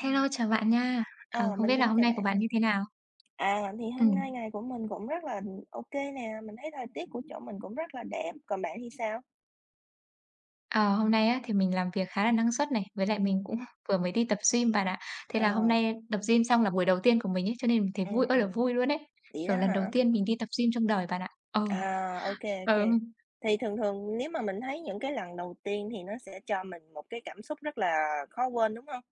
Ừm, chào bạn nha. Ờ, Không biết mình là cũng hôm chào nay của bạn bạn nè. như thế nào? À, thì Ừ. hôm nay ngày của mình cũng rất là ok nè, mình thấy thời tiết của chỗ mình cũng rất là đẹp, còn bạn thì sao? Ờ, Hôm nay á, thì mình làm việc khá là năng suất này, với lại Ừ. mình cũng vừa mới đi tập gym bạn ạ. Thế là hôm Ờ. nay tập gym xong là buổi đầu tiên của mình ấy, cho nên mình thấy ừ vui ơi ừ là vui luôn ấy. vậy đó Kiểu lần đầu hả? tiên mình đi tập gym trong đời bạn ạ. Ừ, À, ok, ừ. ok. Thì thường thường nếu mà mình thấy những cái lần đầu tiên thì nó sẽ cho mình một cái cảm xúc rất là khó quên, đúng không?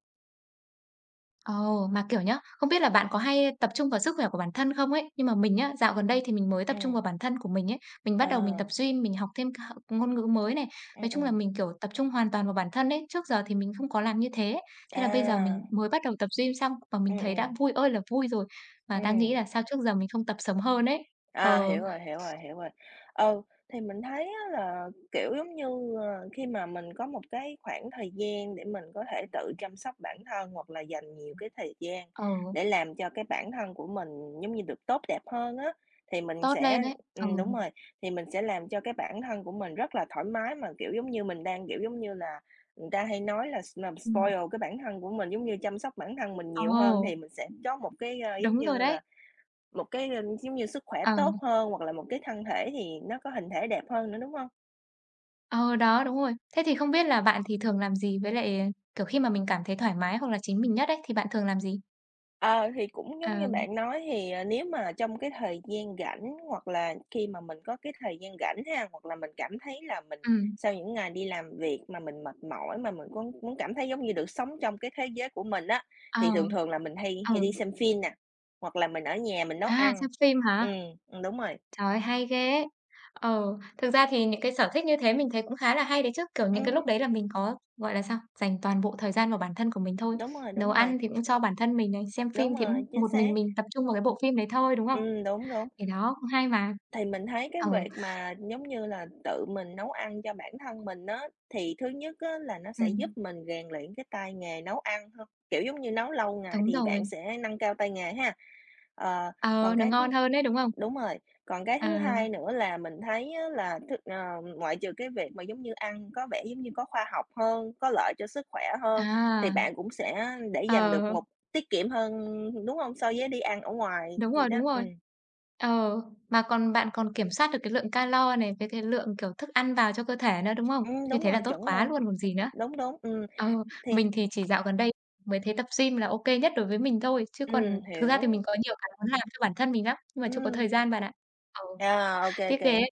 Ồ, mà, kiểu nhá, không biết là bạn có hay tập trung vào sức khỏe của bản thân không ấy? Nhưng mà mình nhá dạo gần đây thì mình mới Ừ. tập trung vào bản thân của mình ấy. Mình bắt đầu mình tập Ờ. gym, mình học thêm ngôn ngữ mới này. ừ Nói ừ chung là mình, kiểu, tập trung hoàn toàn vào bản thân ấy. Trước giờ thì mình không có làm như thế. Thế là bây giờ mình À. mới bắt đầu tập gym xong và ừ mình thấy ừ đã vui ơi là vui rồi. Và ừ. đang nghĩ là sao trước giờ mình không tập sớm hơn ấy. Ờ, À, hiểu rồi, hiểu rồi, hiểu rồi. Ừ, thì mình thấy á là, kiểu, giống như, khi mà mình có một cái khoảng thời gian để mình có thể tự chăm sóc bản thân hoặc là dành nhiều cái thời gian ờ, để làm cho cái bản thân của mình, giống như, được tốt đẹp hơn á, thì mình Tốt lên sẽ ấy. Ờ, đúng ừ. rồi, thì mình sẽ làm cho cái bản thân của mình rất là thoải mái mà, kiểu, giống như, mình đang, kiểu, giống như là, người ta hay nói là s làm spoil cái bản thân của mình, giống như, chăm sóc bản thân mình nhiều hơn Ồ, thì mình sẽ có một cái, a, giống đúng rồi như đấy. là, một cái, giống như sức khỏe Ờ. tốt hơn hoặc là một cái thân thể thì nó có hình thể đẹp hơn nữa, đúng không? Ờ, Đó, đúng rồi. Thế thì không biết là bạn thì thường làm gì? Với lại, kiểu, khi mà mình cảm thấy thoải mái hoặc là chính mình nhất ấy, thì bạn thường làm gì? Ờ, thì cũng Ờ, giống như bạn nói thì, nếu mà trong cái thời gian rảnh hoặc là khi mà mình có cái thời gian rảnh ha, hoặc là mình cảm thấy là mình ừm, sau những ngày đi làm việc mà mình mệt mỏi, mà mình cũng muốn cảm thấy giống như được sống trong cái thế giới của mình á, ờ, thì thường thường là mình hay hay ừ. đi xem phim nè, hoặc là mình ở nhà mình nấu À, ăn. xem phim hả? Ừm. Ừm, đúng rồi. Trời ơi, hay ghê ấy! Ờ, Thực ra thì những cái sở thích như thế mình thấy cũng khá là hay đấy chứ. Kiểu, những cái lúc Ừm, đấy là mình có, gọi là sao, dành toàn bộ thời gian vào bản thân của mình thôi. đúng rồi, Nấu đúng rồi, ăn thì cũng cho bản thân mình này, xem phim đúng thì cũng rồi, chính một xác. mình tập trung vào cái bộ phim đấy thôi, đúng không? Đúng, đúng. Thì đó, cũng hay mà. Thì mình thấy cái Ừ, việc mà, giống như là, tự mình nấu ăn cho bản thân mình á, thì thứ nhất á là nó sẽ giúp ừm, mình rèn luyện cái tay nghề nấu ăn hơn, kiểu, giống như, nấu lâu ngày đúng thì rồi. bạn sẽ nâng cao tay nghề ha. Ờ, Ờ, còn nó cái ngon thứ hơn đấy, đúng không? đúng rồi, còn cái Ờ. thứ hai nữa là mình thấy á là th ngoại trừ cái việc mà, giống như, ăn có vẻ, giống như, có khoa học hơn, có lợi cho sức khỏe hơn, thì À, bạn cũng sẽ để dành được ờ, một tiết kiệm hơn, đúng không? So với đi ăn ở ngoài đúng gì rồi, đó. đúng rồi. Ờ, mà còn bạn còn kiểm soát được cái lượng calo này, với cái lượng, kiểu, thức ăn vào cho cơ thể nữa, đúng không? Như Đúng thế là rồi, tốt chuẩn quá luôn, luôn còn gì nữa. đúng, đúng. Ờ, mình Thêm thì chỉ dạo gần đây mới thấy tập gym là ô kê nhất đối với mình thôi, chứ còn thực ra thì mình hiểu. có nhiều cái muốn làm cho bản thân mình lắm, nhưng mà chưa có Ừm, thời gian bạn ạ. Ừ, à, ô tiếc ghê kê. ấy.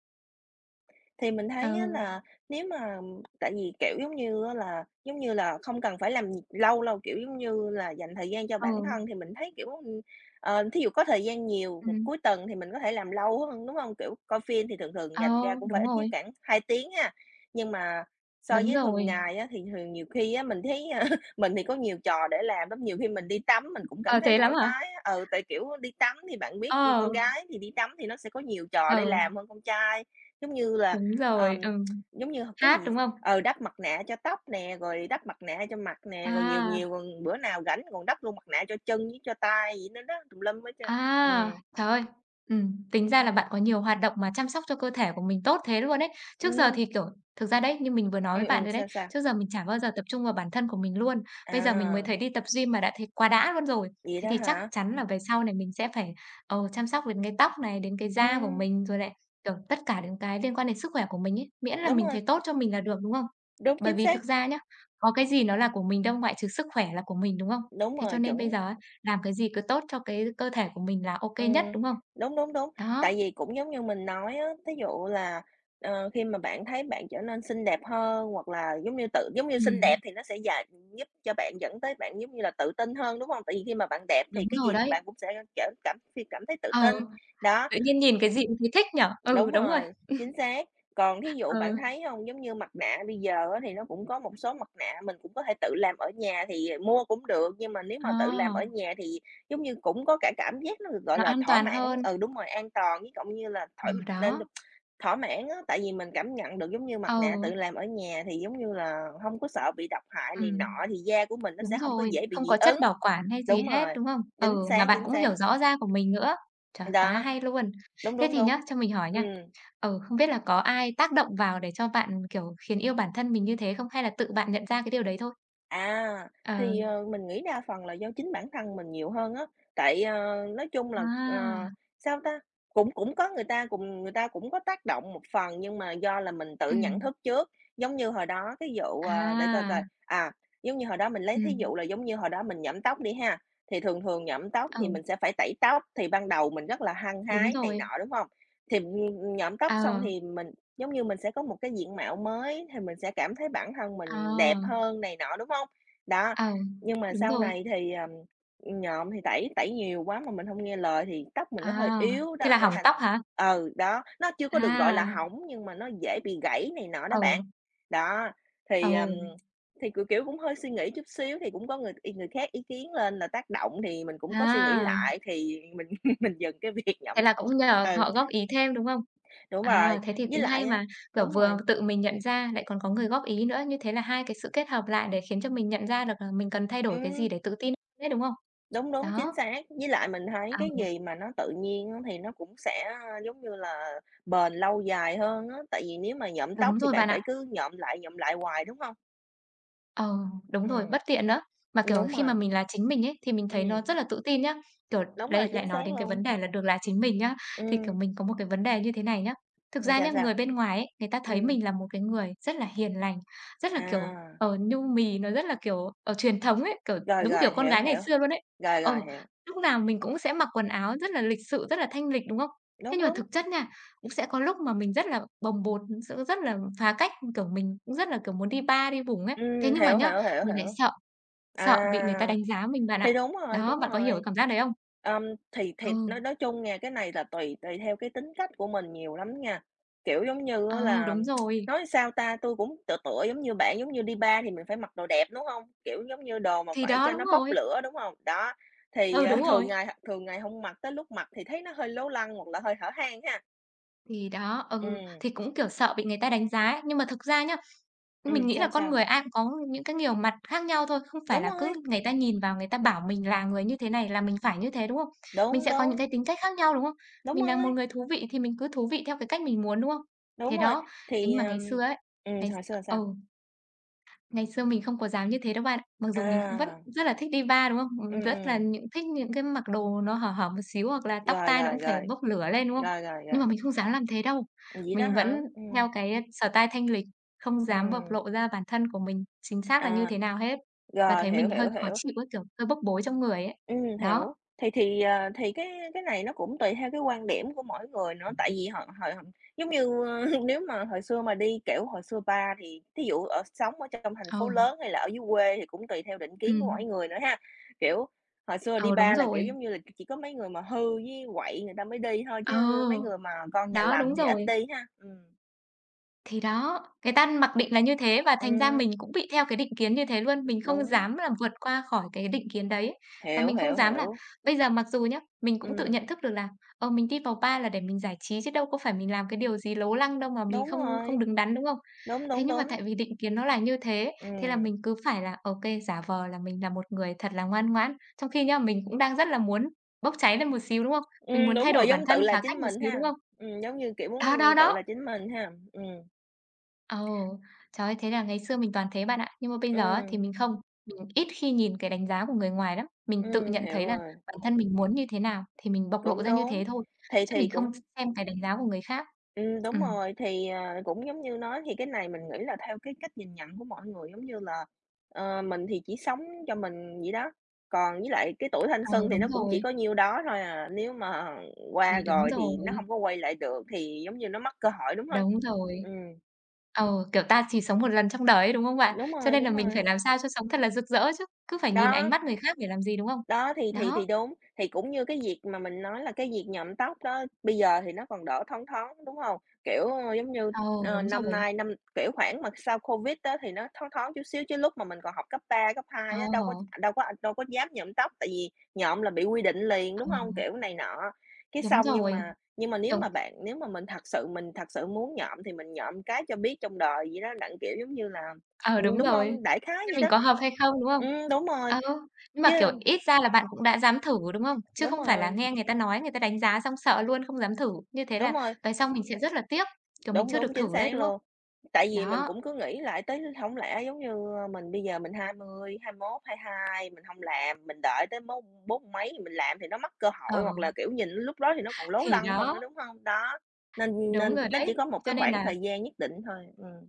Thì mình thấy á Ừ, là nếu mà tại vì, kiểu, giống như á là, giống như là, không cần phải làm lâu đâu, kiểu, giống như là, dành thời gian cho bản ừ, thân thì mình thấy, kiểu, thí dụ có thời gian nhiều ừm, cuối tuần thì mình có thể làm lâu hơn, đúng hông? Kiểu, coi phim thì thường thường ờ, dành ra cũng phải đúng ít nhất rồi, khoảng 2 tiếng ha, nhưng mà so đúng với thường rồi. ngày á thì thường nhiều khi á mình thấy, a, mình thì có nhiều trò để làm lắm, nhiều khi mình đi tắm mình cũng Ờ, cảm thấy Thế lắm thoải hả? mái á. Ừ, tại, kiểu, đi tắm thì bạn biết Ờ, con gái thì đi tắm thì nó sẽ có nhiều trò để ừ, làm hơn con trai, giống như là đúng Ờm, rồi, giống như cái hát, gì đúng không? ừ, đắp mặt nạ cho tóc nè, rồi đắp mặt nạ cho mặt nè, rồi nhiều À. nhiều còn bữa nào rảnh còn đắp luôn mặt nạ cho chân với cho tay vậy nữa đó, tùm lum hết trơn. À, trời ơi! Tính ra là bạn có nhiều hoạt động mà chăm sóc cho cơ thể của mình tốt thế luôn đấy. Trước giờ ừm, thì, kiểu thực ra đấy, như mình vừa nói với bạn rồi đấy, sao, sao? trước giờ mình chả bao giờ tập trung vào bản thân của mình luôn. Bây giờ mình mới À, thấy đi tập gym mà đã thấy quá đã luôn rồi. vậy Thế đó thì chắc hả? chắn là về sau này mình sẽ phải, chăm sóc đến cái tóc này, đến cái da của Ừm, mình, rồi lại, kiểu, tất cả những cái liên quan đến sức khỏe của mình ấy, miễn là đúng mình rồi, thấy tốt cho mình là được, đúng không? đúng, Bởi chính vì xác, thực ra nhá, có cái gì nó là của mình đâu, ngoại trừ sức khỏe là của mình, đúng không? đúng Thế cho rồi, nên chuẩn. bây giờ ấy, làm cái gì cứ tốt cho cái cơ thể của mình là ô kê nhất, Ừm, đúng không? đúng, đúng, đúng. Tại Đó, vì cũng giống như mình nói á, thí dụ là, khi mà bạn thấy bạn trở nên xinh đẹp hơn hoặc là giống như tự giống như xinh đẹp ừm, thì nó sẽ dà giúp cho bạn dẫn tới bạn, giống như là, tự tin hơn, đúng không? Tại vì khi mà bạn đẹp thì đúng cái rồi gì đấy. bạn cũng sẽ trở cảm phi cảm thấy tự Ờ, tin. Đó. Tự nhiên nhìn cái gì cũng thấy thích nhỉ? Ừ, Đúng đúng rồi, rồi, chính xác. Còn thí dụ bạn ừ, thấy hông, giống như mặt nạ bây giờ á thì nó cũng có một số mặt nạ mình cũng có thể tự làm ở nhà thì mua cũng được, nhưng mà nếu ờ, mà tự làm ở nhà thì giống như cũng có cả cảm giác nó được gọi nó là an thỏa toàn mãn. hơn. Ừ, đúng rồi, an toàn với cộng như là Ừ, thoải nên đó, được thỏa mãn á, tại vì mình cảm nhận được giống như mặt nạ ừ, tự làm ở nhà thì giống như là hông có sợ bị độc hại này ừm, nọ, thì da của mình nó đúng sẽ hông có rồi, dễ bị không dị có chất ứng. bảo quản hay gì Đúng hết, rồi, đúng không? chính Ừ, mà xác, bạn chính cũng xác. hiểu rõ da của mình nữa. Trời, quá Đó, hay luôn! đúng, Thế đúng, thì nhá, đúng. cho mình hỏi nha, Ừm. Không biết là có ai tác động vào để cho bạn, kiểu, khiến yêu bản thân mình như thế không? Hay là tự bạn nhận ra cái điều đấy thôi? À, Ờ, thì, mình nghĩ đa phần là do chính bản thân mình nhiều hơn á, tại, nói chung là, à, sao ta, cũng cũng có người ta cùng người ta cũng có tác động một phần, nhưng mà do là mình tự nhận ừm. thức trước. Giống như hồi đó cái vụ, để coi À, coi, à, giống như hồi đó mình lấy thí ừm, dụ là giống như hồi đó mình nhuộm tóc đi ha, thì thường thường nhuộm tóc thì ừ, mình sẽ phải tẩy tóc, thì ban đầu mình rất là hăng đúng hái này rồi. nọ, đúng không? Thì, nhuộm tóc xong Ờ, thì mình giống như mình sẽ có một cái diện mạo mới thì mình sẽ cảm thấy bản thân ờ, mình đẹp hơn này nọ, đúng hông? Đó, ờ, nhưng mà đúng sau rồi. này thì, nhộm thì tẩy, tẩy nhiều quá mà mình hông nghe lời thì tóc mình nó hơi À, yếu thế đó, là nên hỏng thành tóc hả? ừ, đó, nó chưa có được gọi là À, hỏng nhưng mà nó dễ bị gãy này nọ đó ừ, bạn. Đó, thì, ờm, ừ, thì, kiểu, kiểu, cũng hơi suy nghĩ chút xíu thì cũng có người y người khác ý kiến lên là tác động thì mình cũng có suy nghĩ à, lại thì mình mình dừng cái việc nhuộm thế là tóc. cũng nhờ Ừ, họ góp ý thêm, đúng không? đúng rồi, À, thế thì với cũng hay lại á mà, kiểu, đúng vừa rồi. tự mình nhận ra lại còn có người góp ý nữa, như thế là hai cái sự kết hợp lại để khiến cho mình nhận ra được là mình cần thay đổi cái gì Ừm, để tự tin đấy, đúng không? đúng, đúng, chính Đó, xác. Với lại mình thấy cái ờ, gì mà nó tự nhiên á thì nó cũng sẽ, a, giống như là, bền lâu dài hơn á, tại vì nếu mà nhuộm tóc đúng thì rồi bạn bạn phải ạ. cứ nhuộm lại hoài, đúng không? Ờ, Đúng rồi, Ừm, bất tiện nữa. Mà, kiểu, đúng khi mà rồi, mình là chính mình ấy, thì mình thấy nó ừm, rất là tự tin nhá. Kiểu, đúng đây rồi, lại chính nói xác đến cái vấn luôn. đề là được là chính mình nhá, thì, kiểu, Ừm, mình có một cái vấn đề như thế này nhá. Thực ra nhá, sao, người sao? bên ngoài ấy, người ta thấy Ừm, mình là một cái người rất là hiền lành, rất là, kiểu, à, nhu mì, nó rất là, kiểu, ở truyền thống ấy, kiểu, rồi, đúng kiểu rồi, con hiểu, gái ngày hiểu, xưa luôn ấy. rồi, rồi, Ừ, hiểu, lúc nào mình cũng sẽ mặc quần áo rất là lịch sự, rất là thanh lịch, đúng không? Thế đúng, nhưng mà đúng, thực chất nha, cũng sẽ có lúc mà mình rất là bồng bột, sẽ rất là phá cách, kiểu, mình cũng rất là, kiểu, muốn đi bar, đi vùng ấy. Thế nhưng mà hiểu, nhá, hiểu, hiểu, mình lại hiểu. sợ, sợ bị người ta À. đánh giá mình bạn ạ. Thì đúng rồi, Đó, đúng bạn có hiểu cái rồi. cảm giác đấy không? Ừm, thì Ừ, nói chung nha, cái này là tùy tùy theo cái tính cách của mình nhiều lắm nha. Kiểu, giống như á ừ, là, đúng rồi. nói sao ta, tôi cũng tựa tựa giống như bạn, giống như đi bar thì mình phải mặc đồ đẹp, đúng không? Kiểu, giống như đồ mà Thì phải đó, cho đúng nó bốc rồi. lửa, đúng không? Đó, thì, Ừ, đúng rồi. Thường ngày không mặc, tới lúc mặc thì thấy nó hơi lố lăng hoặc là hơi hở hang ha. Thì đó, ừ, Ừm, thì cũng, kiểu, sợ bị người ta đánh giá ấy. Nhưng mà thực ra nhá, mình nghĩ là sao, con sao? người ai cũng có những cái nhiều mặt khác nhau thôi, không phải Đúng là cứ rồi, người ta nhìn vào người ta bảo mình là người như thế này là mình phải như thế, đúng không? Mình đúng, sẽ có những đúng, cái tính cách khác nhau, đúng không? đúng Mình là một rồi, người thú vị thì mình cứ thú vị theo cái cách mình muốn, đúng không? đúng Thế rồi. đó, thế nhưng Thì, mà ngày xưa ấy, ngày hồi xưa là ừ. sao? Ngày xưa mình không có dám như thế đâu bạn ạ. Mặc dù mình cũng vẫn À, rất là thích đi bar, đúng không? Rất là ừm. những thích những cái mặc đồ nó hở hở một xíu hoặc là tóc Rồi, tai nó cũng rồi, phải rồi, bốc lửa lên, đúng không? rồi, rồi, Nhưng rồi. mà mình không dám làm thế đâu. Vậy đó Mình hả? vẫn theo cái style thanh lịch, không dám bộc ừm, lộ ra bản thân của mình chính xác là như à, thế nào hết và rồi, thấy hiểu, mình hơi hiểu, khó hiểu, chịu ấy, kiểu, hơi bốc bối trong người ấy. Đó, hiểu. Thì, thì cái này nó cũng tùy theo cái quan điểm của mỗi người nữa, tại vì họ hồi hồi giống như, nếu mà hồi xưa mà đi, kiểu, hồi xưa ba thì thí dụ ở sống ở trong thành ờ, phố lớn hay là ở dưới quê thì cũng tùy theo định ừ kiến của mỗi người nữa ha. Kiểu, hồi xưa đi ờ, đúng ba là, kiểu, rồi. giống như là, chỉ có mấy người mà hư với quậy người ta mới đi thôi, Ờ, chứ mấy người mà con nhà Đó, lành đúng thì ít rồi. đi ha. Thì đó, cái ta mặc định là như thế và thành ra mình ừm, cũng bị theo cái định kiến như thế luôn, mình không đúng. dám là vượt qua khỏi cái định kiến đấy. Và Hiểu, mình không hiểu, dám là hiểu. bây giờ mặc dù nhá, mình cũng tự nhận Ừm, thức được là, mình đi vào bar là để mình giải trí chứ đâu có phải mình làm cái điều gì lố lăng đâu mà mình đúng không không rồi, đứng đắn, đúng không? đúng, Thế đúng, nhưng mà đúng. tại vì định kiến nó là như thế, thế là Ừm, mình cứ phải là, ok giả vờ là mình là một người thật là ngoan ngoãn, trong khi nhá, mình cũng đang rất là muốn bốc cháy lên một xíu, đúng không? Mình muốn đúng thay đổi rồi, bản giống thân, tự là phá cách chính một mình xíu, đúng ha, không? Giống như, kiểu, Đó, đó, muốn tự đó. là chính mình ha. Ồ, trời ơi, thế là ngày xưa mình toàn thế bạn ạ. Nhưng mà bây giờ á, thì ừm, mình không, mình ít khi nhìn cái đánh giá của người ngoài lắm. Mình tự nhận hiểu thấy là rồi, bản thân mình muốn như thế nào thì mình bộc lộ cũng ra như đúng. thế thôi, chứ mình Thì không cũng xem cái đánh giá của người khác. Ừ, đúng rồi, thì, à, cũng giống như nói thì cái này mình nghĩ là theo cái cách nhìn nhận của mọi người, giống như là, mình thì chỉ sống cho mình vậy đó, còn với lại cái tuổi thanh ờ, xuân thì đúng nó cũng chỉ rồi, có nhiêu đó thôi à, nếu mà qua thì đúng rồi thì nó rồi, không có quay lại được thì giống như nó mất cơ hội, đúng không? đúng rồi. Ừm, Kiểu, ta chỉ sống một lần trong đời ấy, đúng không bạn? Cho nên là đúng mình rồi, phải làm sao cho sống thật là rực rỡ chứ, cứ phải nhìn ánh đó. mắt người khác để làm gì, đúng không? Đó, thì thì Đó, thì đúng, thì cũng như cái việc mà mình nói là cái việc nhuộm tóc đó, bây giờ thì nó còn đỡ thoáng thoáng, đúng hông? Kiểu, giống như, ờ, đúng năm rồi, nay năm kiểu, khoảng mà sau Covid á thì nó thoáng thoáng chút xíu, chứ lúc mà mình còn học cấp 3 cấp ờ, hai á, đâu có dám nhuộm tóc, tại vì nhuộm là bị quy định liền, đúng ờ, hông? Kiểu này nọ, cái đúng xong nhưng rồi, mà nhưng mà nếu mà kiểu mình thật sự muốn nhuộm thì mình nhuộm cái cho biết trong đời vậy đó, đặng, kiểu, giống như là ờ, đúng đúng rồi. hông? Đại khái Xem vậy mình đó. có hợp hay không, đúng không? Đúng rồi, Ừ, nhưng mà, kiểu, chứ ít ra là bạn cũng đã dám thử, đúng không? Chứ đúng không phải là rồi, nghe người ta nói, người ta đánh giá xong sợ luôn không dám thử, như thế đúng là rồi. về sau mình sẽ rất là tiếc, kiểu, mình Đúng, chưa được đúng, chính thử đấy, xác đúng không? luôn. Tại vì mình Đó, cũng cứ nghĩ lại tới không lẽ giống như, mình bây giờ mình hai hai mươi hai mốt hai hai mình không làm, mình đợi tới mốt bốn mấy mình làm thì nó mất cơ ờ, hội, hoặc là, kiểu, nhìn lúc đó thì nó còn lố thì lăng hơn nữa, đó, đúng không? Đó, nên đúng nên rồi nó đấy, chỉ có một cho cái nên khoảng là thời gian nhất định thôi.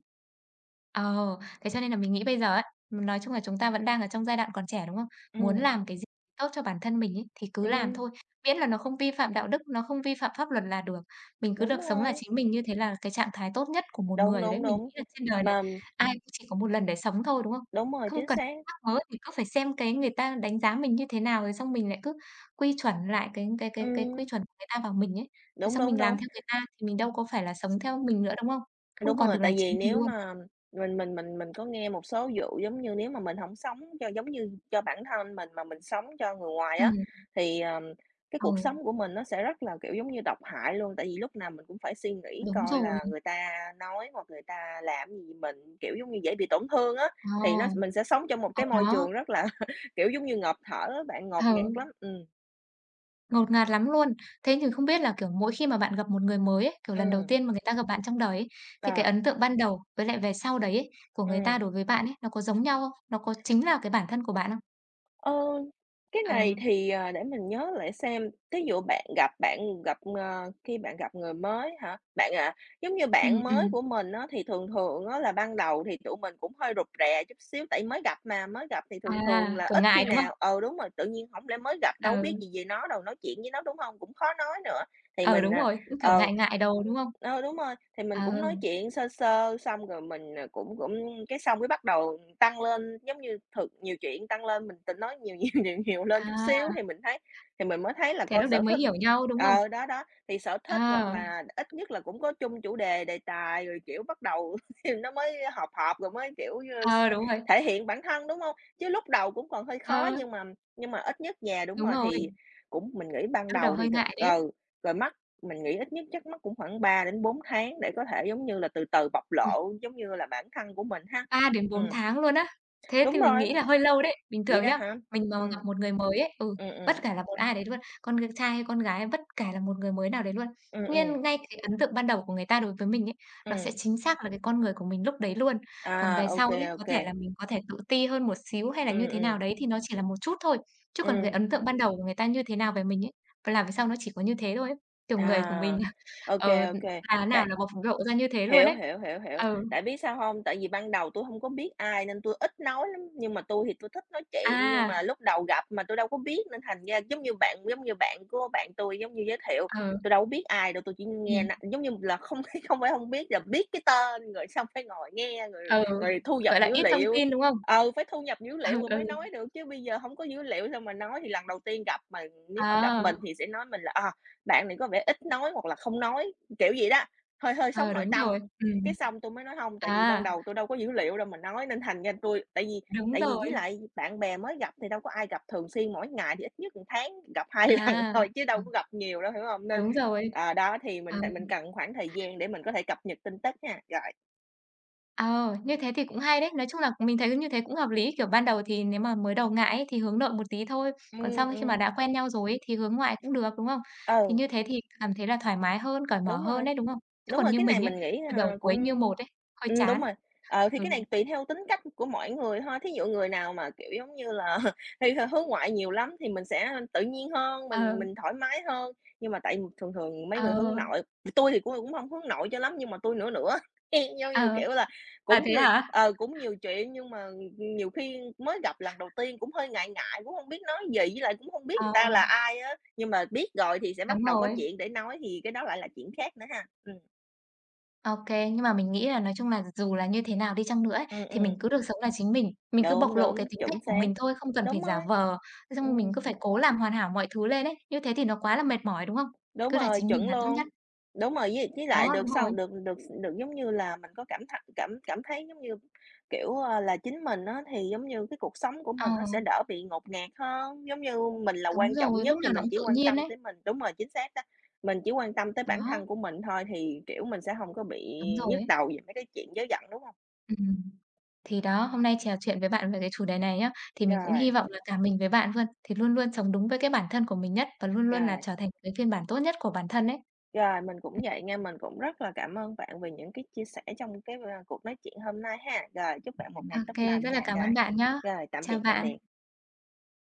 Ờ, thế cho nên là mình nghĩ bây giờ ấy, nói chung là chúng ta vẫn đang ở trong giai đoạn còn trẻ, đúng không? Muốn ừm, làm cái gì tốt cho bản thân mình ấy, thì cứ làm ừm, thôi, miễn là nó không vi phạm đạo đức, nó không vi phạm pháp luật là được. Mình cứ đúng được sống là rồi, chính mình như thế là cái trạng thái tốt nhất của một đúng, người rồi đấy. đúng, Mình đúng, nghĩ là trên đời này mà ai cũng chỉ có một lần để sống thôi, đúng không? đúng rồi, Không chính cần xác, mắc mớ thì cứ phải xem cái người ta đánh giá mình như thế nào, rồi xong mình lại cứ quy chuẩn lại cái quy ừm, chuẩn của người ta vào mình ấy, rồi đúng, xong đúng, mình làm đúng. theo người ta thì mình đâu có phải là sống theo mình nữa, đúng không? Không Đúng còn rồi, được là tại vì chính mình nếu luôn. mà mình có nghe một số vụ giống như nếu mà mình hổng sống cho giống như cho bản thân mình mà mình sống cho người ngoài á, Ừm. thì, cái Ừ, cuộc sống của mình nó sẽ rất là, kiểu, giống như độc hại luôn. Tại vì lúc nào mình cũng phải suy nghĩ đúng coi rồi. là người ta nói hoặc người ta làm gì mình, kiểu, giống như dễ bị tổn thương á, thì nó Ờ, mình sẽ sống trong một ừ, cái môi đó, trường rất là, kiểu, giống như ngộp thở á bạn, ngột ngạt ừ, lắm. Ngột ngạt lắm luôn. Thế thì không biết là, kiểu, mỗi khi mà bạn gặp một người mới ấy, kiểu, lần đầu ừm, tiên mà người ta gặp bạn trong đời ấy, thì cái ờ, ấn tượng ban đầu với lại về sau đấy ấy, của người ta ừm. đối với bạn ấy, nó có giống nhau không? Nó có chính là cái bản thân của bạn không? Ờ, cái này Ừ, thì, à, để mình nhớ lại xem, thí dụ bạn gặp, ờ, khi bạn gặp người mới hả? Bạn, à, giống như bạn mới ừm. của mình á, thì thường thường á là ban đầu thì tụi mình cũng hơi rụt rè chút xíu, tại mới gặp mà, mới gặp thì À, thường thường là kiểu, ít ngại, khi đúng không? nào ờ đúng rồi, tự nhiên không lẽ mới gặp đâu biết Ừ, gì về nó đâu, nói chuyện với nó, đúng không? Cũng khó nói nữa. Thì ừ, mình, đúng à, rồi, cũng, kiểu, ờ, ngại ngại đầu, đúng không? Ờ, đúng rồi, thì mình Ờ, cũng nói chuyện sơ sơ, xong rồi mình, à, cũng cũng cái xong cái bắt đầu tăng lên, giống như, thực nhiều chuyện tăng lên, mình tình nói nhiều nhiều nhiều nhiều lên chút xíu à, thì mình thấy thì mình mới thấy là thế coi lúc đấy sở mới thích hiểu nhau, đúng không? ờ, đó, đó, thì sở thích hoặc À, là ít nhất là cũng có chung chủ đề, đề tài rồi, kiểu, bắt đầu thì nó mới hợp hợp rồi mới, kiểu như, s ờ, đúng rồi, thể hiện bản thân, đúng không? Chứ lúc đầu cũng còn hơi khó ờ, nhưng mà ít nhất nhà đúng đúng rồi, rồi, thì cũng mình nghĩ ban lúc đầu đầu thì hơi thực ngại đấy. ừ, rồi mắc mình nghĩ ít nhất chắc mất cũng khoảng 3 đến 4 tháng để có thể, giống như là, từ từ bộc lộ, giống như là, bản thân của mình ha. ba đến bốn Ừm, tháng luôn á. Thế thì đúng mình rồi, nghĩ là hơi lâu đấy. Bình vậy thường đó nhá, hả? mình mà gặp Ừ một người mới ấy ừ, ừ bất ừ kể là một ai đấy luôn, con g trai hay con gái, bất kể là một người mới nào đấy luôn, ừ ừ nhưng ngay cái ấn tượng ban đầu của người ta đối với mình ấy, nó sẽ ừm. chính xác là cái con người của mình lúc đấy luôn. À, Còn về ok sau đấy, có kê, thể là mình có thể tự ti hơn một xíu hay là ừ như thế nào ừ đấy thì nó chỉ là một chút thôi, chứ còn cái ừm. ấn tượng ban đầu của người ta như thế nào về mình ấy, và là về sau nó chỉ có như thế thôi ấy. Kiểu, À, người của mình là, ô ờ, kê, là nào Tại là bộc lộ ra như thế luôn Hiểu, ấy. hiểu, hiểu, hiểu. Ừ, Tại biết sao không? Tại vì ban đầu tôi không có biết ai nên tôi ít nói lắm, nhưng mà tôi thì tôi thích nói chuyện, nhưng mà à, lúc đầu gặp mà tôi đâu có biết nên thành ra giống như bạn của bạn tôi giống như giới thiệu, ừ. tôi đâu có biết ai đâu, tôi chỉ nghe Ừm, n giống như là không không phải không biết là biết cái tên rồi xong phải ngồi nghe rồi ừ, rồi thu nhập gọi là, dữ ít thông liệu. tin, đúng không? Ờ phải thu nhập dữ liệu Ừ, rồi mới ừ, nói được chứ bây giờ không có dữ liệu sao mà nói. Thì lần đầu tiên gặp mà nếu mà gặp mình ờ, thì sẽ nói mình là à bạn này có vẻ ít nói hoặc là không nói", kiểu gì đó, hơi hơi sống ờ, nội đúng tâm. rồi, Cái xong tôi mới nói không tại vì ban à, đầu tôi đâu có dữ liệu đâu mà nói, nên thành ra tôi tại vì đúng tại vì với rồi, lại bạn bè mới gặp thì đâu có ai gặp thường xuyên, mỗi ngày thì ít nhất một tháng gặp hai lần à, thôi chứ đâu ừ, có gặp nhiều đâu, hiểu không? Nên, đúng rồi. à đó, thì Ờ, mình th mình cần khoảng thời gian để mình có thể cập nhật tin tức ha, rồi, ờ, như thế thì cũng hay đấy. Nói chung là mình thấy như thế cũng hợp lý, kiểu, ban đầu thì nếu mà mới đầu ngại ấy, thì hướng nội một tí thôi, còn ừm, sau khi mà ừm, đã quen nhau rồi ấy, thì hướng ngoại cũng được, đúng không? Thì ừ, như thế thì cảm thấy là thoải mái hơn, cởi mở đúng hơn rồi. đấy, đúng không? Chứ Đúng còn rồi, như cái này mình ấy, mình nghĩ, từ ờ, đầu cũng cuối như một ấy, hơi đúng chán. rồi. Ờ, thì cái Ừ, này tùy theo tính cách của mỗi người thôi, thí dụ người nào mà, kiểu, giống như là, hay hướng ngoại nhiều lắm thì mình sẽ tự nhiên hơn, ờ, mình thoải mái hơn, nhưng mà tại thường thường mấy ờ, người hướng nội tôi thì cũng cũng không hướng nội cho lắm nhưng mà tôi nửa nửa, giống như, ờ, kiểu là, à, cũng thế hả? ờ, cũng nhiều chuyện nhưng mà nhiều khi mới gặp lần đầu tiên cũng hơi ngại ngại, cũng không biết nói gì, với lại cũng không biết Ờ, người ta là ai á, nhưng mà biết rồi thì sẽ đúng bắt đầu có rồi. chuyện để nói thì cái đó lại là chuyện khác nữa ha. Ừm. OK, nhưng mà mình nghĩ là nói chung là dù là như thế nào đi chăng nữa ấy, Ừm, thì mình ừm, cứ được sống là chính mình cứ bộc đúng, lộ cái đúng, tính cách chuẩn của xác. mình thôi, không cần phải Đúng giả rồi. vờ, thế xong rồi mình Ừm, cứ phải cố làm hoàn hảo mọi thứ lên ấy, như thế thì nó quá là mệt mỏi, đúng không? đúng Cứ là rồi, chính mình chuẩn là tốt luôn. nhất. Đúng rồi, với lại Đó, đúng được xong rồi. được được được giống như là mình có cảm th cảm cảm thấy giống như, kiểu, ờ, là chính mình á, thì giống như cái cuộc sống của Ờ, mình nó sẽ đỡ bị ngột ngạt hơn. Giống như mình là đúng quan trọng rồi, nhất lúc thì nào nó mình cũng chỉ tự quan nhiên tâm ấy. tới mình đúng rồi, chính xác đó, mình chỉ quan tâm tới bản Đó, thân của mình thôi thì, kiểu, mình sẽ không có bị đúng rồi nhức ấy. đầu về mấy cái chuyện vớ vẩn, đúng không? Ừm, thì đó, hôm nay trò chuyện với bạn về cái chủ đề này nhá, thì mình cũng hy Rồi, vọng là cả mình với bạn luôn, thì luôn luôn sống đúng với cái bản thân của mình nhất và luôn luôn là rồi. trở thành cái phiên bản tốt nhất của bản thân ấy. Rồi, mình cũng vậy nha, mình cũng rất là cảm ơn bạn về những cái chia sẻ trong cái, a, cuộc nói chuyện hôm nay ha. Rồi, chúc bạn một Ô ngày tốt kê, rất lành là nha. cảm Rồi, ơn bạn nhá. rồi tạm Chào biệt, tạm bạn. biệt.